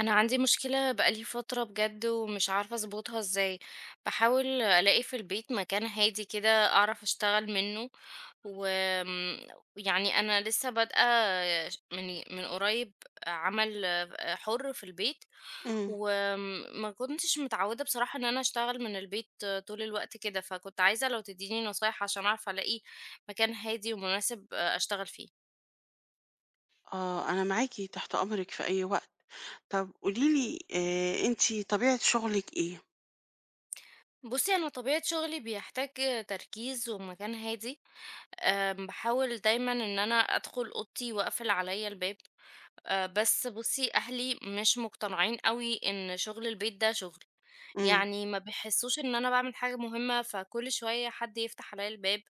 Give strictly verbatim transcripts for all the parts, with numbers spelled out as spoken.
انا عندي مشكلة بقالي فترة بجد ومش عارفة اظبطها ازاي. بحاول الاقي في البيت مكان هادي كده اعرف اشتغل منه، و يعني انا لسه بادئة من من قريب عمل حر في البيت. إمم. وما كنتش متعودة بصراحة ان انا اشتغل من البيت طول الوقت كده، فكنت عايزة لو تديني نصايح عشان اعرف الاقي مكان هادي ومناسب اشتغل فيه. آه، أنا معاكِ تحت أمرِك في أي وقت. طَب قولي لي آآ أنتِ طبيعة شغلِك إيه؟ بصي انا طبيعة شغلي بيحتاج تركيز ومكان هادي. آمم، باحاول دايمًا إن أنا أدخل أوضتي وأقفل عليَّ الباب، آآ، بس بُصّي أهلي مش مقتنعين أوي إن شغل البيت ده شغل، إمم. يعني ما بيحسّوش إن أنا باعمل حاجة مهمة، فكل شوية حد يفتح عليَّ الباب،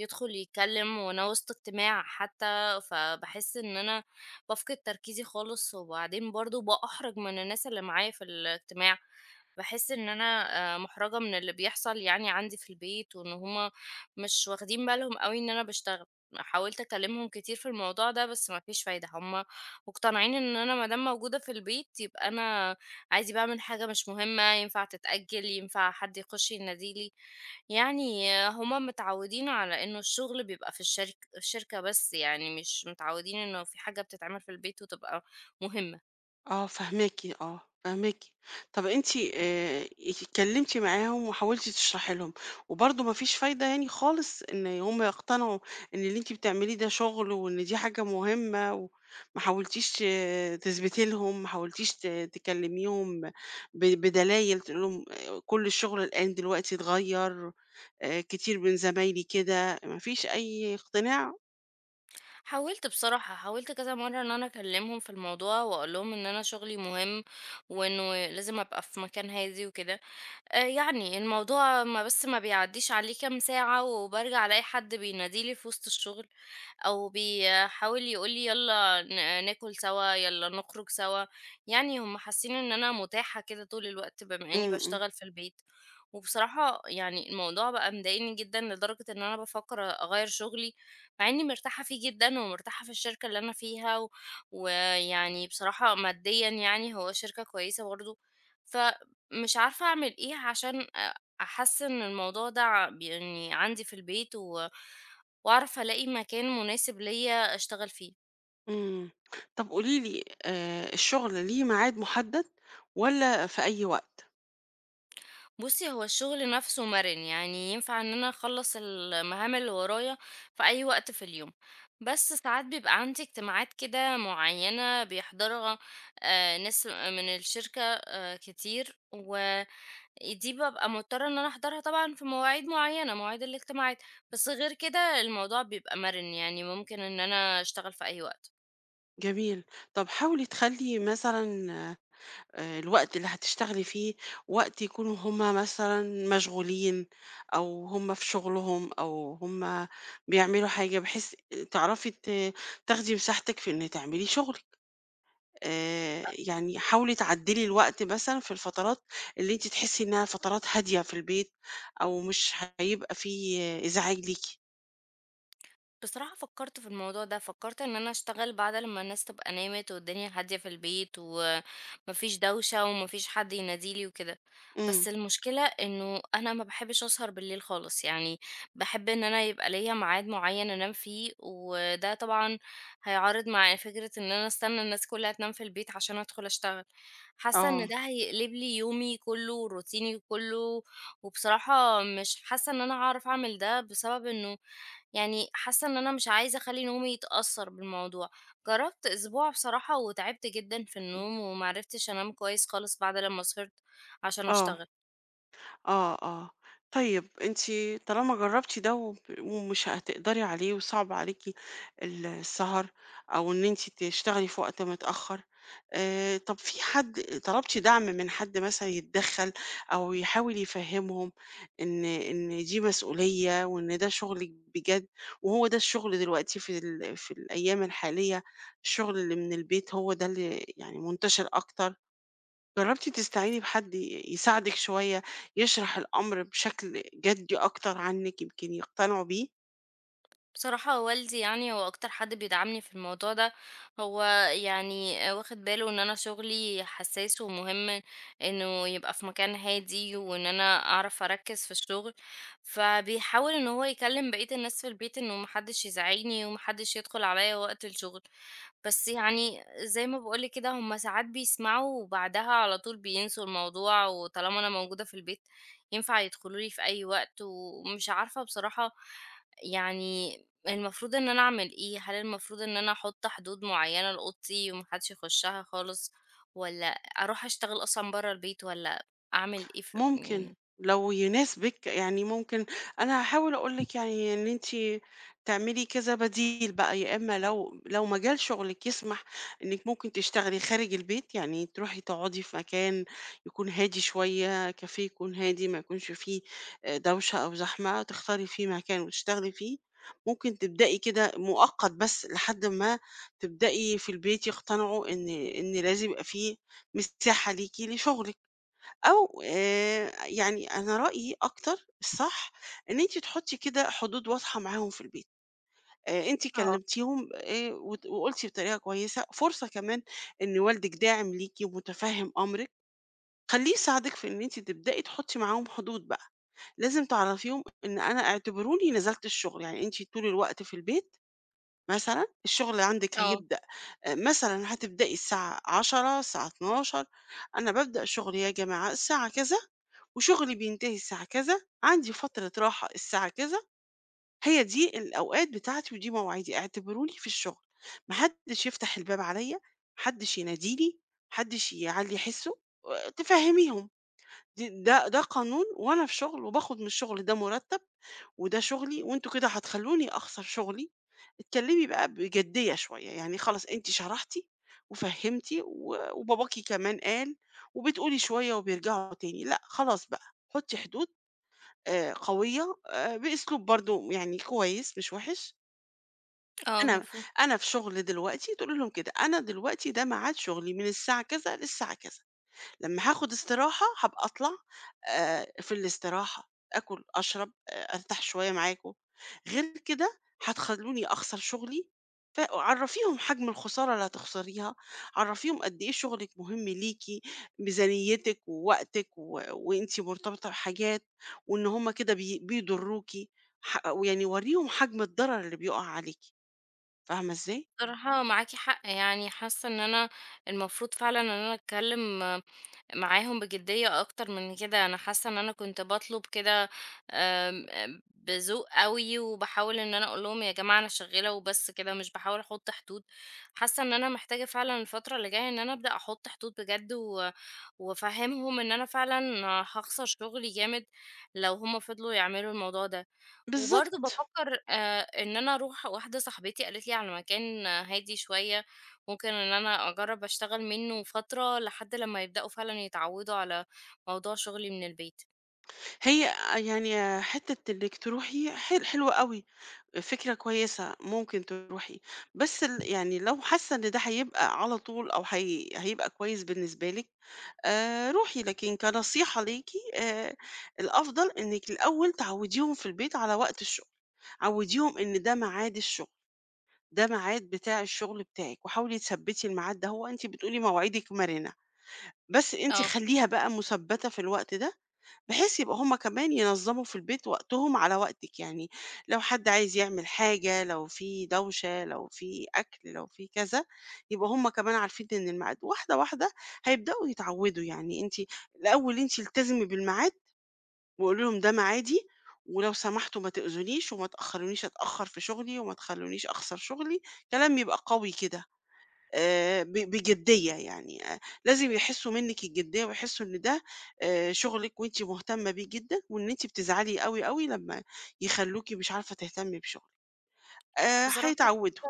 يدخل يتكلم وأنا وسط اجتماع حتى، فباحس إن أنا بافقد تركيزي خالص، وبعدين برضه بأحرج من الناس اللي معايا في الاجتماع. باحس إن أنا آآ مُحرَجة من اللي بيحصل يعني عندي في البيت، وإن هُم مش واخدين بالهم أوي إن أنا باشتغل. حاولت أكلّمهم كتير في الموضوع ده، بس ما فيش فايدة، هُم مقتنعين إن أنا ما دام موجودة في البيت، يبقى أنا عادي باعمل حاجة مش مهمة، ينفع تتأجّل، ينفع حد يخش ينادي لي. يعني هُم متعوّدين على إنه الشغل بيبقى في الشرك الشركة بس يعني، مش متعوّدين إنه في حاجة بتتعمل في البيت وتبقى مهمة. آه فاهماكِ آه، فاهماكِ. طَب أنتِ آآ اتكلمتِ معاهم وحاولتِ تشرحي لهم، وبرضه ما فيش فايدة يعني خالص إن هم يقتنعوا إن اللي أنتِ بتعمليه ده شغل وإن دي حاجة مهمة و ما حاولتيش ت تثبتي لهم، ما حاولتيش ت تكلميهم ب بدلايل تقولي لهم آه، كل الشغل الآن دلوقتي اتغيّر، آآ كتير من زمايلي كده، ما فيش أي اقتناع؟ حاولت بصراحة، حاولت كذا مرة ان انا اكلمهم في الموضوع واقول لهم ان انا شغلي مهم وانه لازم ابقى في مكان هادي وكده. آه يعني الموضوع ما بس ما بيعديش عليه كام ساعة وبرجع الاقي حد بيناديلي في وسط الشغل، أو بيحاول يقول لي يلا ن ناكل سوا، يلا نخرج سوا، يعني هم حاسين إن أنا متاحة كده طول الوقت بما إني إمم، إمم. باشتغل في البيت. وبصراحة يعني الموضوع بقى مضايقني جدًا لدرجة إن أنا بافكر أغيّر شغلي، مع إني مرتاحة فيه جدًا ومرتاحة في الشركة اللي أنا فيها، و ويعني بصراحة ماديًا يعني هو شركة كويسة برضه، فمش عارفة أعمل إيه عشان أ أحسّن الموضوع ده ع يعني عندي في البيت، و وأعرف ألاقي مكان مناسب ليا أشتغل فيه. إمم. طب قولي لي آآ الشغل ليه ميعاد محدد والّا في أي وقت؟ بُصّي، هو الشغل نفسه مَرِن، يعني ينفع إن أنا أخلّص المهام اللي ورايا في أي وقت في اليوم، بس ساعات بيبقى عندي اجتماعات كده معيّنة بيحضرها آآ ناس من الشركة كتير، ودي بابقى مضطرة إن أنا أحضرها طبعًا في مواعيد معيّنة، مواعيد الاجتماعات، بس غير كده الموضوع بيبقى مَرِن، يعني ممكن إن أنا أشتغل في أي وقت. جميل. طب حاولي تخلّي مثلًا آآ الوقت اللي هتشتغلي فيه وقت يكونوا هم مثلًا مشغولين أو هم في شغلهم أو هم بيعملوا حاجة، بحيث تعرفي ت تاخدي مساحتِك في إن تعملي شغلِك. آآ، يعني حاولي تعدّلي الوقت مثلًا في الفترات اللي أنتِ تحسّي إنها فترات هادية في البيت، أو مش هيبقى في إزعاج ليكِ. بصراحة فكرت في الموضوع ده، فكرت ان انا اشتغل بعد لما الناس تبقى نامت والدنيا هادية في البيت ومفيش دوشة ومفيش حد يناديلي وكده. إمم، بس المشكلة انه انا ما بحبش اسهر بالليل خالص، يعني بحب ان انا يبقى ليا ميعاد معين انام فيه، وده طبعا هيعارض مع فكرة ان انا استنى الناس كلها تنام في البيت عشان ادخل اشتغل. حاسة ان آه، ده هيقلب لي يومي كله روتيني كله، وبصراحة مش حاسة ان انا هعرف اعمل ده بسبب انه، يعني حاسة إن أنا مش عايزة أخلّي نومي يتأثّر بالموضوع. جرّبت أسبوع بصراحة وتعبت جدًا في إمم، النوم وما عرفتش أنام كويس خالص بعد لمّا سهرت عشان آه. أشتغل. آه، آه. طيب أنتِ طالما جرّبتِ ده وب ومش هتقدري عليه وصعب عليكِ ال السهر أو إن أنتِ تشتغلي في وقت متأخّر، آآ طَب في حد طلبتِ دعم من حد مثلًا يتدخّل أو يحاول يفهّمهم إن إن دي مسؤولية وإن ده شُغلِك بجد وهو ده الشُغل دلوقتي في ال في الأيام الحالية، الشُغل اللي من البيت هو ده اللي يعني منتشر أكتر جربتِ تستعيني بحد ي يساعدِك شوية، يشرح الأمر بشكل جدي أكتر عنِك، يمكن يقتنعوا بيه؟ بصراحة هو والدي يعني هو أكتر حد بيدعمني في الموضوع ده، هو يعني واخد باله إن أنا شغلي حساس ومهم، إنه يبقى في مكان هادي وإن أنا أعرف أركز في الشغل، فبيحاول إن هو يكلم بقية الناس في البيت إنه محدش يزعجني ومحدش يدخل عليا وقت الشغل. بس يعني زي ما بقولك كده هما ساعات بيسمعوا وبعدها على طول بينسوا الموضوع، وطالما أنا موجودة في البيت ينفع يدخلولي في أي وقت. ومش عارفة بصراحة يعني المفروض إن أنا أعمل إيه؟ هل المفروض إن أنا أحط حدود معيّنة لأوضتي وما حدش يخشها خالص، والّا أروح أشتغل أصلًا برّه البيت، والّا أعمل إيه ف ممكن يعني؟ لو يناسبِك، يعني ممكن أنا هاحاول أقول لِك يعني إن أنتِ تعملي كذا بديل بقى، يا إما لو لو مجال شغلِك يسمح إنِّك ممكن تشتغلي خارج البيت، يعني تروحي تقعدي في مكان يكون هادي شوية، كافيه يكون هادي ما يكونش فيه آآ دوشة أو زحمة، تختاري فيه مكان وتشتغلي فيه، ممكن تبدئي كده مؤقت بس لحد ما تبدئي في البيت يقتنعوا إن إن لازم يبقى في مساحة ليكِ لشغلِك. أو آآ يعني أنا رأيي أكتر الصح إن أنتِ تحطّي كده حدود واضحة معاهم في البيت، آآ أنتِ آه. كلمتيهم آآ وت وقُلتِ بطريقة كويسة، فرصة كمان إن والدِك داعم ليكِ ومُتفهِّم أمرِك، خلّيه يساعدِك في إن أنتِ تبدئي تحطّي معاهم حدود بقى، لازم تعرّفيهم إن أنا اعتبروني نزلت الشغل، يعني أنتِ طول الوقت في البيت مثلًا الشغل عندِك آه، هيبدأ آآ مثلًا هتبدئي الساعة عشرة الساعة اتناشر أنا بابدأ شغلي يا جماعة الساعة كذا، وشغلي بينتهي الساعة كذا، عندي فترة راحة الساعة كذا، هي دي الأوقات بتاعتي ودي مواعيدي، اعتبروني في الشغل، ما حدش يفتح الباب عليَّ، ما حدش يناديني، ما حدش يعلّي حسه، آآ تفهميهم، د ده ده قانون وأنا في شغل وباخد من الشغل ده مرتب وده شغلي وأنتم كده هتخلّوني أخسر شغلي، اتكلّمي بقى بجدية شوية، يعني خلاص أنتِ شرحتِ وفهّمتِ و وباباكِ كمان قال وبتقولي شوية وبيرجعوا تاني، لأ خلاص بقى حُطّي حدود آآ قوية آآ بأسلوب برضه يعني كويس مش وِحِش، آه أنا المفروض. أنا في شغل دلوقتي تقولي لهم كده، أنا دلوقتي ده ميعاد شغلي من الساعة كذا للساعة كذا. لمّا هاخد استراحة هابقى أطلع آآ في الاستراحة، آكل، أشرب، آآ أرتاح شوية معاكم، غير كده هتخلّوني أخسر شغلي، فعرّفيهم حجم الخسارة اللي هتخسريها، عرّفيهم قد إيه شغلِك مهم ليكِ، ميزانيتِك ووقتِك و وأنتِ مرتبطة بحاجات، وإن هم كده بي بيضروكِ، ح ويعني ورّيهم حجم الضرر اللي بيُقع عليكِ، فاهمة إزاي؟ بصراحة معاكِ حق يعني، حاسة إن أنا المفروض فعلًا إن أنا أتكلم معاهم بجدية أكتر من كده. أنا حاسة إن أنا كنت بطلب كده، آم، آم، بذوق قوي وبحاول إن أنا أقول لهم يا جماعة أنا شغالة وبس كده، مش بحاول أحط حدود. حاسة إن أنا محتاجة فعلا الفترة اللي جاية إن أنا أبدأ أحط حدود بجد، و... وأفهمهم إن أنا فعلا هخسر شغلي جامد لو هما فضلوا يعملوا الموضوع ده. وبرضه بالضبط، بافكّر آآ إن أنا أروح واحدة صاحبتي قالت لي على مكان هادي شوية، ممكن إن أنا أجرّب أشتغل منّه فترة لحد لمّا يبدأوا فعلًا يتعوّدوا على موضوع شُغلي من البيت. هي يعني حتّة إنِّك تروحي حل حلوة أوي. فكرة كويسة ممكن تروحي بس ال- يعني لو حاسة ان ده هيبقى على طول او هي هيبقى كويس بالنسبة لك آه روحي لكن كنصيحة ليكي آه الافضل انك الاول تعوديهم في البيت على وقت الشغل عوديهم ان ده ميعاد الشغل ده ميعاد بتاع الشغل بتاعك وحاولي تثبتي الميعاد ده هو انت بتقولي مواعيدك مرنة بس انت آه، خليها بقى مثبتة في الوقت ده بحيث يبقى هم كمان ينظموا في البيت وقتهم على وقتِك، يعني لو حد عايز يعمل حاجة، لو في دوشة، لو في أكل، لو في كذا، يبقى هم كمان عارفين إن الميعاد واحدة، واحدة هيبدأوا يتعوّدوا، يعني أنتِ الأول أنتِ التزمي بالميعاد وقولي لهم ده ميعادي ولو سمحتوا ما تؤذونيش وما تأخّرونيش أتأخّر في شغلي وما تخلّونيش أخسر شغلي، كلام يبقى قوي كده. آآ ب بجدية يعني آآ لازم يحسّوا منِّك الجدية ويحسّوا إن ده آآ شغلِك وأنتِ مهتمة بيه جدًا، وإن أنتِ بتزعلي أوي، أوي لمّا يخلّوكِ مش عارفة تهتمي بشغلِك. آآ بصراحة هيتعوّدوا.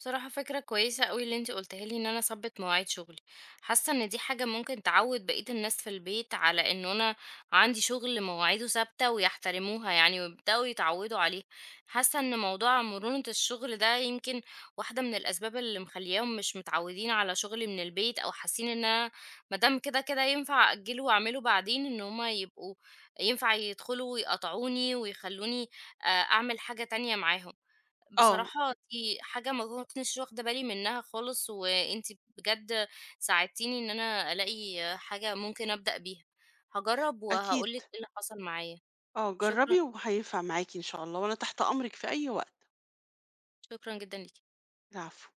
بصراحة فكرة كويسة قوي اللي انتي قلتها لي ان انا اثبت مواعيد شغلي. حاسة ان دي حاجة ممكن تعود بقية الناس في البيت على ان انا عندي شغل مواعيده ثابتة ويحترموها، يعني ويبدأوا يتعودوا عليها. حاسة ان موضوع مرونة الشغل ده يمكن واحدة من الاسباب اللي مخلياهم مش متعودين على شغلي من البيت، او حاسين ان انا مادام كده كده ينفع اجله واعمله بعدين، ان هما يبقوا ينفع يدخلوا ويقطعوني ويخلوني آه، اعمل حاجة تانية معاهم. آه، بصراحة دي حاجة ما كنتش واخدة بالي منها خالص، وانت بجد ساعدتيني ان انا الاقي حاجة ممكن ابدأ بيها. هجرب أكيد، وهقولك ايه اللي حصل معايا. آه شكرا، جرّبي وهينفع معاكِ إن شاء الله، وأنا تحت أمرِك في أي وقت. شكرا جدا ليكي. العفو.